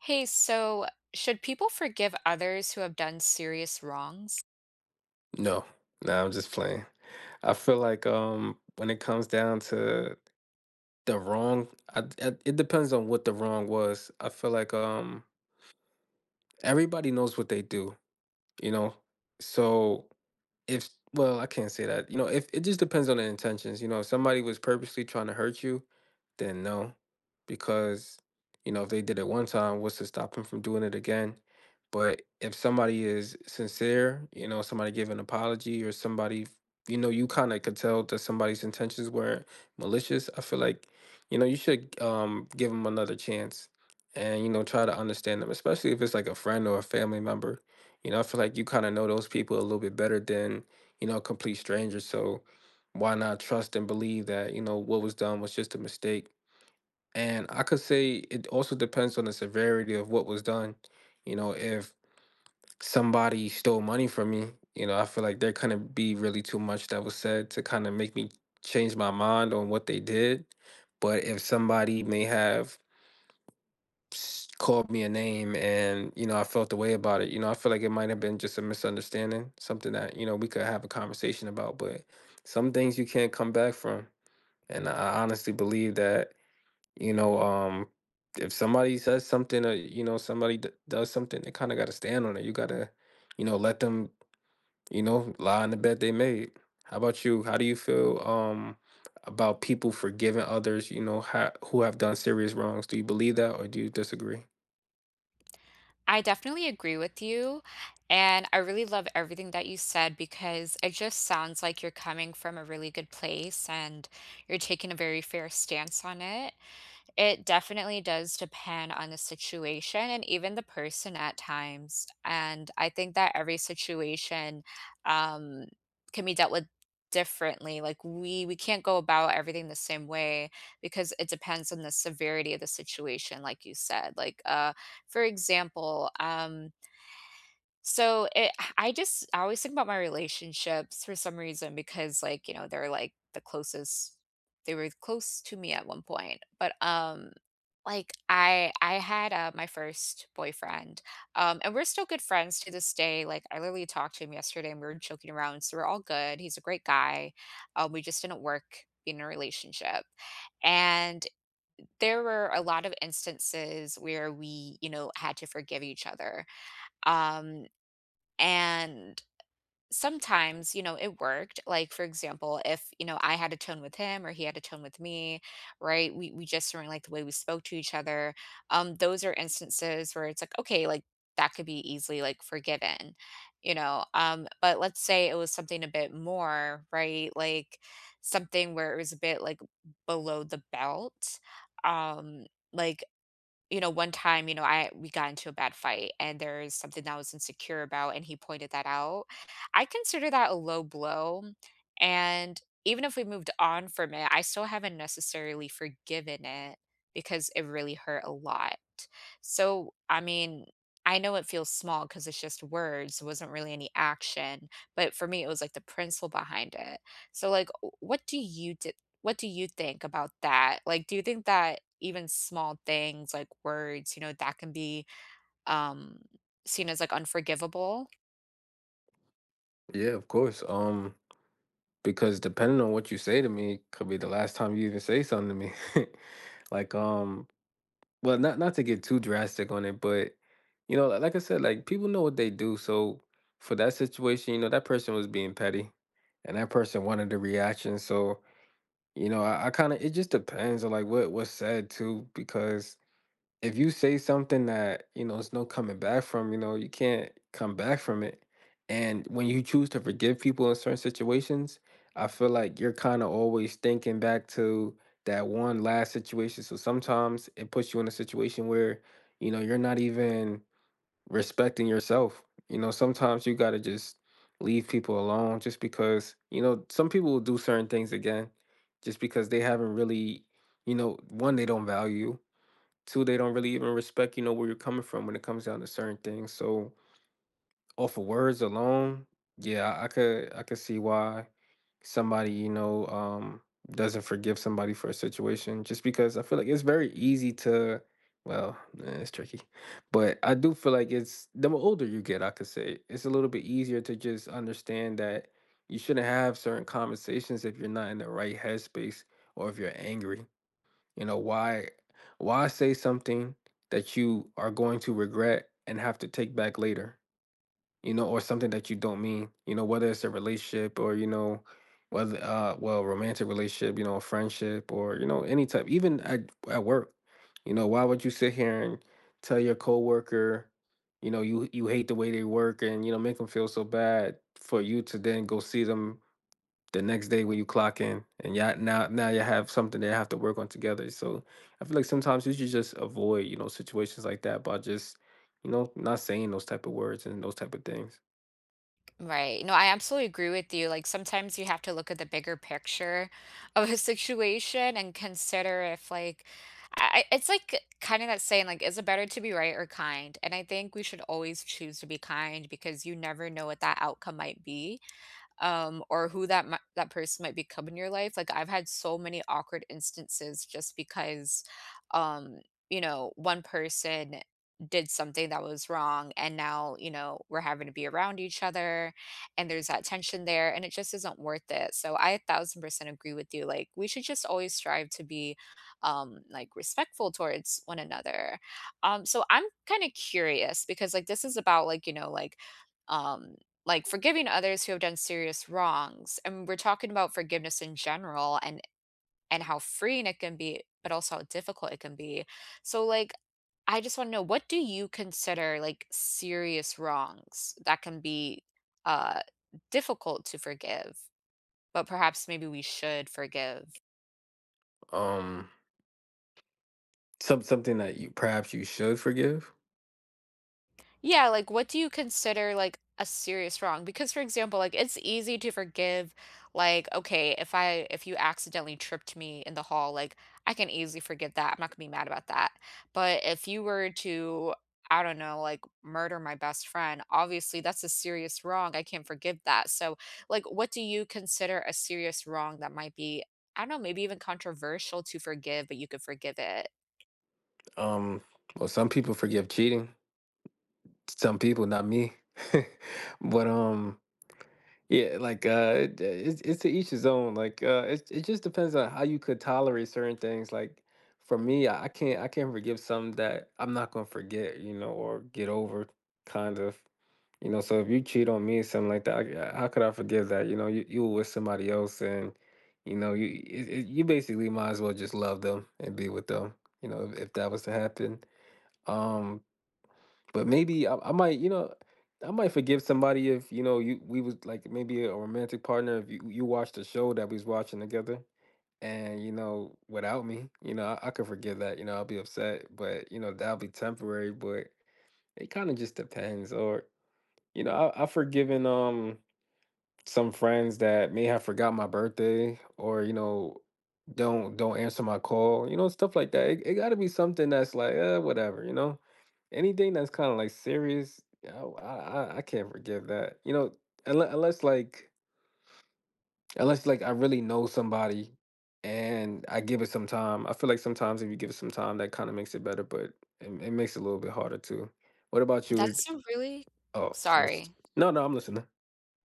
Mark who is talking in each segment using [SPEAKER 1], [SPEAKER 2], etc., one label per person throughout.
[SPEAKER 1] Hey, so should people forgive others who have done serious wrongs?
[SPEAKER 2] No, no, I'm just playing. I feel like when it comes down to the wrong, it depends on what the wrong was. I feel like everybody knows what they do, you know. So if well, I can't say that. You know, if it just depends on the intentions. You know, if somebody was purposely trying to hurt you, then no, because you know if they did it one time, what's to stop them from doing it again? But if somebody is sincere, you know, somebody give an apology or somebody, you know, you kind of could tell that somebody's intentions were malicious. I feel like, you know, you should give them another chance and you know try to understand them, especially if it's like a friend or a family member. You know, I feel like you kind of know those people a little bit better than, you know, a complete strangers. So why not trust and believe that, you know, what was done was just a mistake? And I could say it also depends on the severity of what was done. You know, if somebody stole money from me, you know, I feel like there couldn't be really too much that was said to kind of make me change my mind on what they did. But if somebody may have called me a name and you know I felt the way about it, you know, I feel like it might have been just a misunderstanding, something that, you know, we could have a conversation about. But some things you can't come back from, and I honestly believe that. You know, if somebody says something, or you know somebody does something, they kind of got to stand on it. You got to, you know, let them, you know, lie in the bed they made. How about you? How do you feel about people forgiving others, you know, who have done serious wrongs? Do you believe that, or do you disagree?
[SPEAKER 1] I definitely agree with you. And I really love everything that you said, because it just sounds like you're coming from a really good place and you're taking a very fair stance on it. It definitely does depend on the situation and even the person at times. And I think that every situation um, can be dealt with differently. Like we can't go about everything the same way, because it depends on the severity of the situation, like you said. Like for example, so it I always think about my relationships for some reason, because, like, you know, they're like they were close to me at one point. But like, I had, my first boyfriend, and we're still good friends to this day. Like, I literally talked to him yesterday, and we were joking around, so we're all good. He's a great guy, we just didn't work in a relationship, and there were a lot of instances where we had to forgive each other. Um, and sometimes it worked. Like, for example, if I had a tone with him, or he had a tone with me, right? We just weren't like the way we spoke to each other. Those are instances where it's like, okay, like, that could be easily, like, forgiven. But let's say it was something a bit more, right? Like, something where it was a bit like below the belt. um like, one time, I we got into a bad fight, and there's something that I was insecure about, and he pointed that out. I consider that a low blow. And even if we moved on from it, I still haven't necessarily forgiven it, because it really hurt a lot. So, I mean, I know it feels small because it's just words. It wasn't really any action. But for me, it was like the principle behind it. So, like, what do you do? What do you think about that? Like, do you think that even small things like words, you know, that can be um seen as like unforgivable?
[SPEAKER 2] Yeah, of course. Because depending on what you say to me could be the last time you even say something to me. Like, well, not to get too drastic on it, but you know, like I said, like people know what they do. So for that situation, you know, that person was being petty, and that person wanted the reaction. So you know, I kind of it just depends on like what was said too, because if you say something that you know there's no coming back from, you know you can't come back from it. And when you choose to forgive people in certain situations, I feel like you're kind of always thinking back to that one last situation. So sometimes it puts you in a situation where you know you're not even respecting yourself. You know, sometimes you gotta just leave people alone just because you know some people will do certain things again just because they haven't really, you know, one, they don't value you. Two, they don't really even respect, you know, where you're coming from when it comes down to certain things. So off of words alone, yeah, I could see why somebody, you know, doesn't forgive somebody for a situation, just because I feel like it's very easy to well, it's tricky. But I do feel like it's the older you get, I could say, it's a little bit easier to just understand that you shouldn't have certain conversations if you're not in the right headspace or if you're angry. You know, why say something that you are going to regret and have to take back later? You know, or something that you don't mean. You know, whether it's a relationship or, you know, whether well, romantic relationship, you know, a friendship, or, you know, any type, even at work. You know, why would you sit here and tell your coworker, you know, you hate the way they work and, you know, make them feel so bad for you to then go see them the next day when you clock in. And yeah, now you have something that you have to work on together. So I feel like sometimes you should just avoid, you know, situations like that by just, you know, not saying those type of words and those type of things.
[SPEAKER 1] Right. No, I absolutely agree with you. Like sometimes you have to look at the bigger picture of a situation, and consider if, like, it's like kind of that saying, like, is it better to be right or kind? And I think we should always choose to be kind, because you never know what that outcome might be. Or who that that person might become in your life. Like I've had so many awkward instances just because, um, you know, one person did something that was wrong, and now we're having to be around each other, and there's that tension there, and it just isn't worth it. So I 1,000% agree with you. Like we should just always strive to be, like, respectful towards one another. So I'm kind of curious, because like this is about, like, you know, like, um like, forgiving others who have done serious wrongs, and we're talking about forgiveness in general, and how freeing it can be, but also how difficult it can be. So, like, I just want to know, what do you consider, like, serious wrongs that can be uh difficult to forgive, but perhaps maybe we should forgive?
[SPEAKER 2] um some, something that you perhaps you should forgive.
[SPEAKER 1] Yeah, like, what do you consider, like, a serious wrong? Because, for example, like, it's easy to forgive, like, okay, if you accidentally tripped me in the hall, like, I can easily forgive that. I'm not gonna be mad about that. But if you were to, I don't know, like, murder my best friend, obviously that's a serious wrong. I can't forgive that. So, like, what do you consider a serious wrong that might be, I don't know, maybe even controversial to forgive, but you could forgive it?
[SPEAKER 2] um well, some people forgive cheating. Some people, not me. but yeah, like it, it's to each his own. Like it it just depends on how you could tolerate certain things. Like for me, I can't forgive something that I'm not gonna forget, you know, or get over, kind of, you know. So if you cheat on me, something like that, I, how could I forgive that? You know, you were with somebody else, and you know, you it, it, you basically might as well just love them and be with them, you know, if that was to happen. Um, but maybe I might, you know, I might forgive somebody if you know you we was like maybe a romantic partner if you you watched a show that we was watching together and you know without me, you know, I could forgive that. You know, I'll be upset, but you know that'll be temporary. But it kind of just depends. Or you know, I, I've forgiven some friends that may have forgot my birthday or you know don't answer my call, you know, stuff like that. It got to be something that's like whatever, you know. Anything that's kinda, like, serious, I can't forgive that. You know, unless, like I really know somebody and I give it some time. I feel like sometimes if you give it some time, that kinda makes it better, but it makes it a little bit harder too. What about you? Is
[SPEAKER 1] That's a really—
[SPEAKER 2] oh, let's
[SPEAKER 1] Sorry.
[SPEAKER 2] no, no, I'm listening.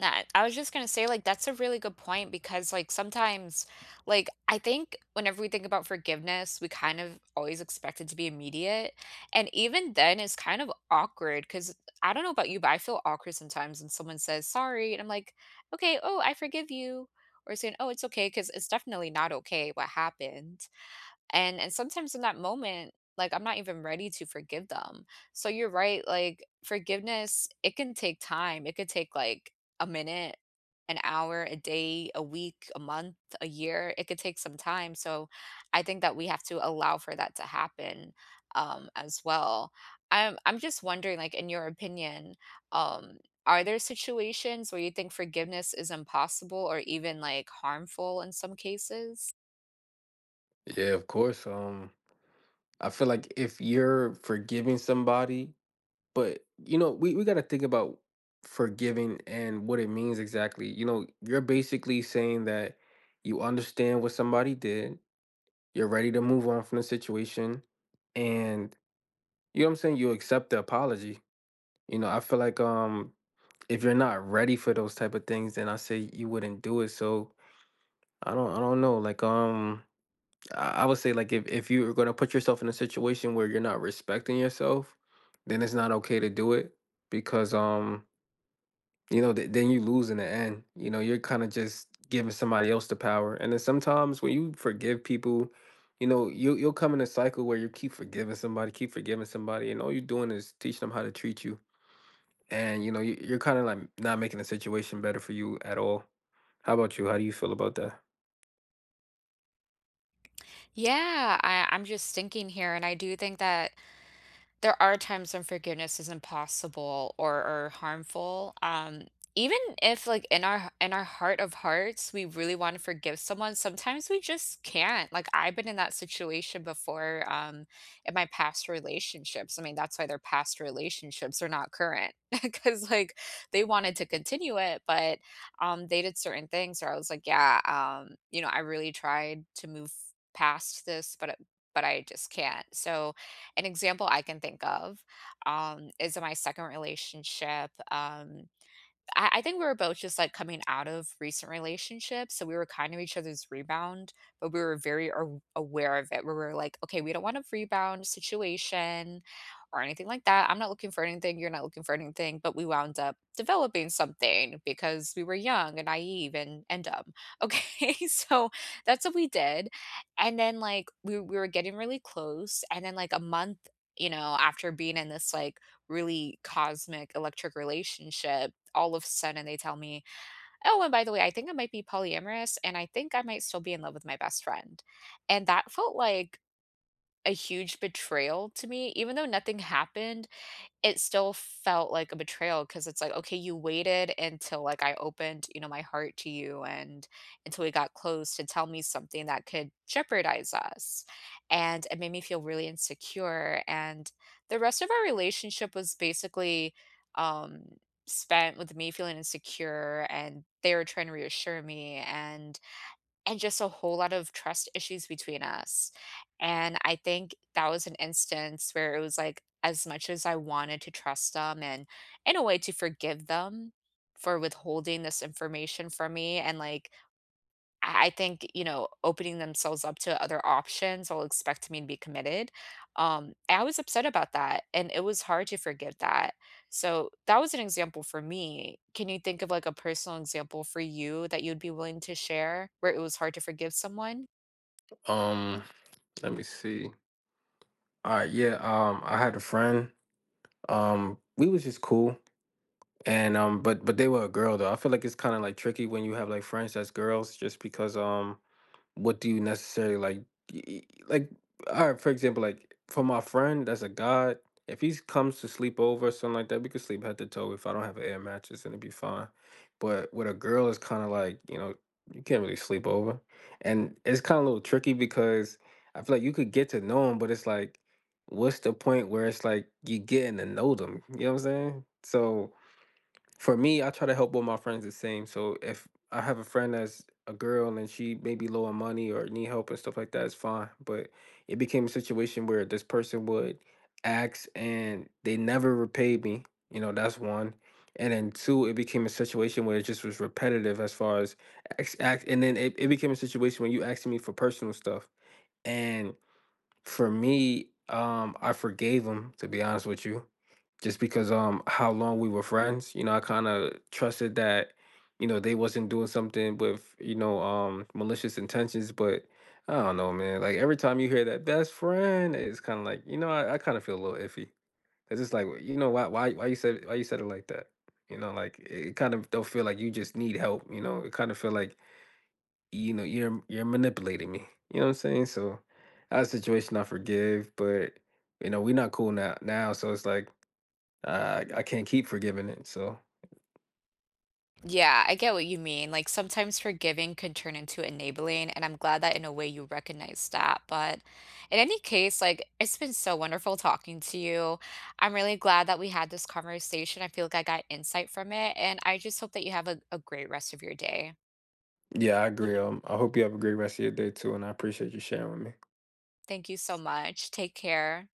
[SPEAKER 1] That I was just gonna say, like, that's a really good point, because, like, sometimes, like, I think whenever we think about forgiveness, we kind of always expect it to be immediate. And even then, it's kind of awkward, because I don't know about you, but I feel awkward sometimes when someone says sorry, and I'm like, okay, oh, I forgive you. Or saying, oh, it's okay, because it's definitely not okay what happened. And sometimes in that moment, like, I'm not even ready to forgive them. So you're right, like, forgiveness, it can take time. It could take like a minute, an hour, a day, a week, a month, a year. It could take some time. So I think that we have to allow for that to happen, as well. I'm just wondering, like, in your opinion, um are there situations where you think forgiveness is impossible, or even like harmful in some cases?
[SPEAKER 2] Yeah, of course, I feel like if you're forgiving somebody But, you know, we gotta think about forgiving and what it means exactly. You know, you're basically saying that you understand what somebody did, you're ready to move on from the situation, and you know what I'm saying, you accept the apology. You know, I feel like if you're not ready for those type of things, then I say you wouldn't do it. So I don't know. Like I would say like if you're gonna put yourself in a situation where you're not respecting yourself, then it's not okay to do it because you know, then you lose in the end. You know, you're kind of just giving somebody else the power. And then sometimes when you forgive people, you know, you you'll come in a cycle where you keep forgiving somebody, and all you're doing is teaching them how to treat you. And you know, you, you're kind of like not making the situation better for you at all. How about you? How do you feel about that?
[SPEAKER 1] Yeah, I'm just thinking here, and I do think that there are times when forgiveness is impossible, or harmful. Even if, like, in our heart of hearts, we really want to forgive someone, sometimes we just can't. Like I've been in that situation before, in my past relationships. I mean, that's why their past relationships are not current. Because like they wanted to continue it, but they did certain things where I was like, yeah, you know, I really tried to move past this, but I just can't. So an example I can think of, is in my second relationship. I think we were both just like coming out of recent relationships. So we were kind of each other's rebound, but we were very aware of it. We were like, okay, we don't want a rebound situation or anything like that. I'm not looking for anything. You're not looking for anything. But we wound up developing something, because we were young and naive and dumb. Okay. So that's what we did. And then like we were getting really close. And then like a month, you know, after being in this like really cosmic electric relationship, all of a sudden they tell me, "Oh, and by the way, I think I might be polyamorous, and I think I might still be in love with my best friend." And that felt like a huge betrayal to me, even though nothing happened. It still felt like a betrayal, because it's like, okay, you waited until, like, I opened, you know, my heart to you and until we got close to tell me something that could jeopardize us, and it made me feel really insecure, and the rest of our relationship was basically, um, spent with me feeling insecure, and they were trying to reassure me, and just a whole lot of trust issues between us. And I think that was an instance where it was, like, as much as I wanted to trust them and in a way to forgive them for withholding this information from me and, like, I think, you know, opening themselves up to other options will expect me to be committed. I was upset about that, and it was hard to forgive that. So that was an example for me. Can you think of like a personal example for you that you'd be willing to share, where it was hard to forgive someone?
[SPEAKER 2] Um, let me see. All right, yeah. I had a friend. We was just cool, and but they were a girl though. I feel like it's kind of like tricky when you have like friends that's girls, just because what do you necessarily like y- y- like all right, for example, like for my friend that's a god, if he comes to sleep over or something like that, we could sleep head to toe if I don't have an air mattress, and it'd be fine. But with a girl it's kind of like you know you can't really sleep over, and it's kind of a little tricky because I feel like you could get to know him but it's like what's the point where it's like you getting to know them, you know what I'm saying. So for me, I try to help all my friends the same. So if I have a friend that's a girl and she may be low on money or need help and stuff like that, it's fine. But it became a situation where this person would ask and they never repaid me. You know, that's one. And then two, it became a situation where it just was repetitive as far as ask, ask, and then it became a situation when you asking me for personal stuff. And for me, I forgave them, to be honest with you, just because how long we were friends, you know I kind of trusted that, you know, they wasn't doing something with you know malicious intentions. But I don't know, man, like every time you hear that best friend it's kind of like you know I kind of feel a little iffy. It's just like you know why you said, it like that, you know, like it kind of don't feel like you just need help, you know it kind of feel like you're manipulating me, you know what I'm saying. So that situation I forgive, but you know we're not cool now, so it's like I can't keep forgiving it. So
[SPEAKER 1] Yeah, I get what you mean. Like sometimes forgiving can turn into enabling, and I'm glad that in a way you recognize that. But in any case, like it's been so wonderful talking to you. I'm really glad that we had this conversation. I feel like I got insight from it, and I just hope that you have a great rest of your day.
[SPEAKER 2] yeah, I agree. I hope you have a great rest of your day too, and I appreciate you sharing with me.
[SPEAKER 1] Thank you so much. Take care.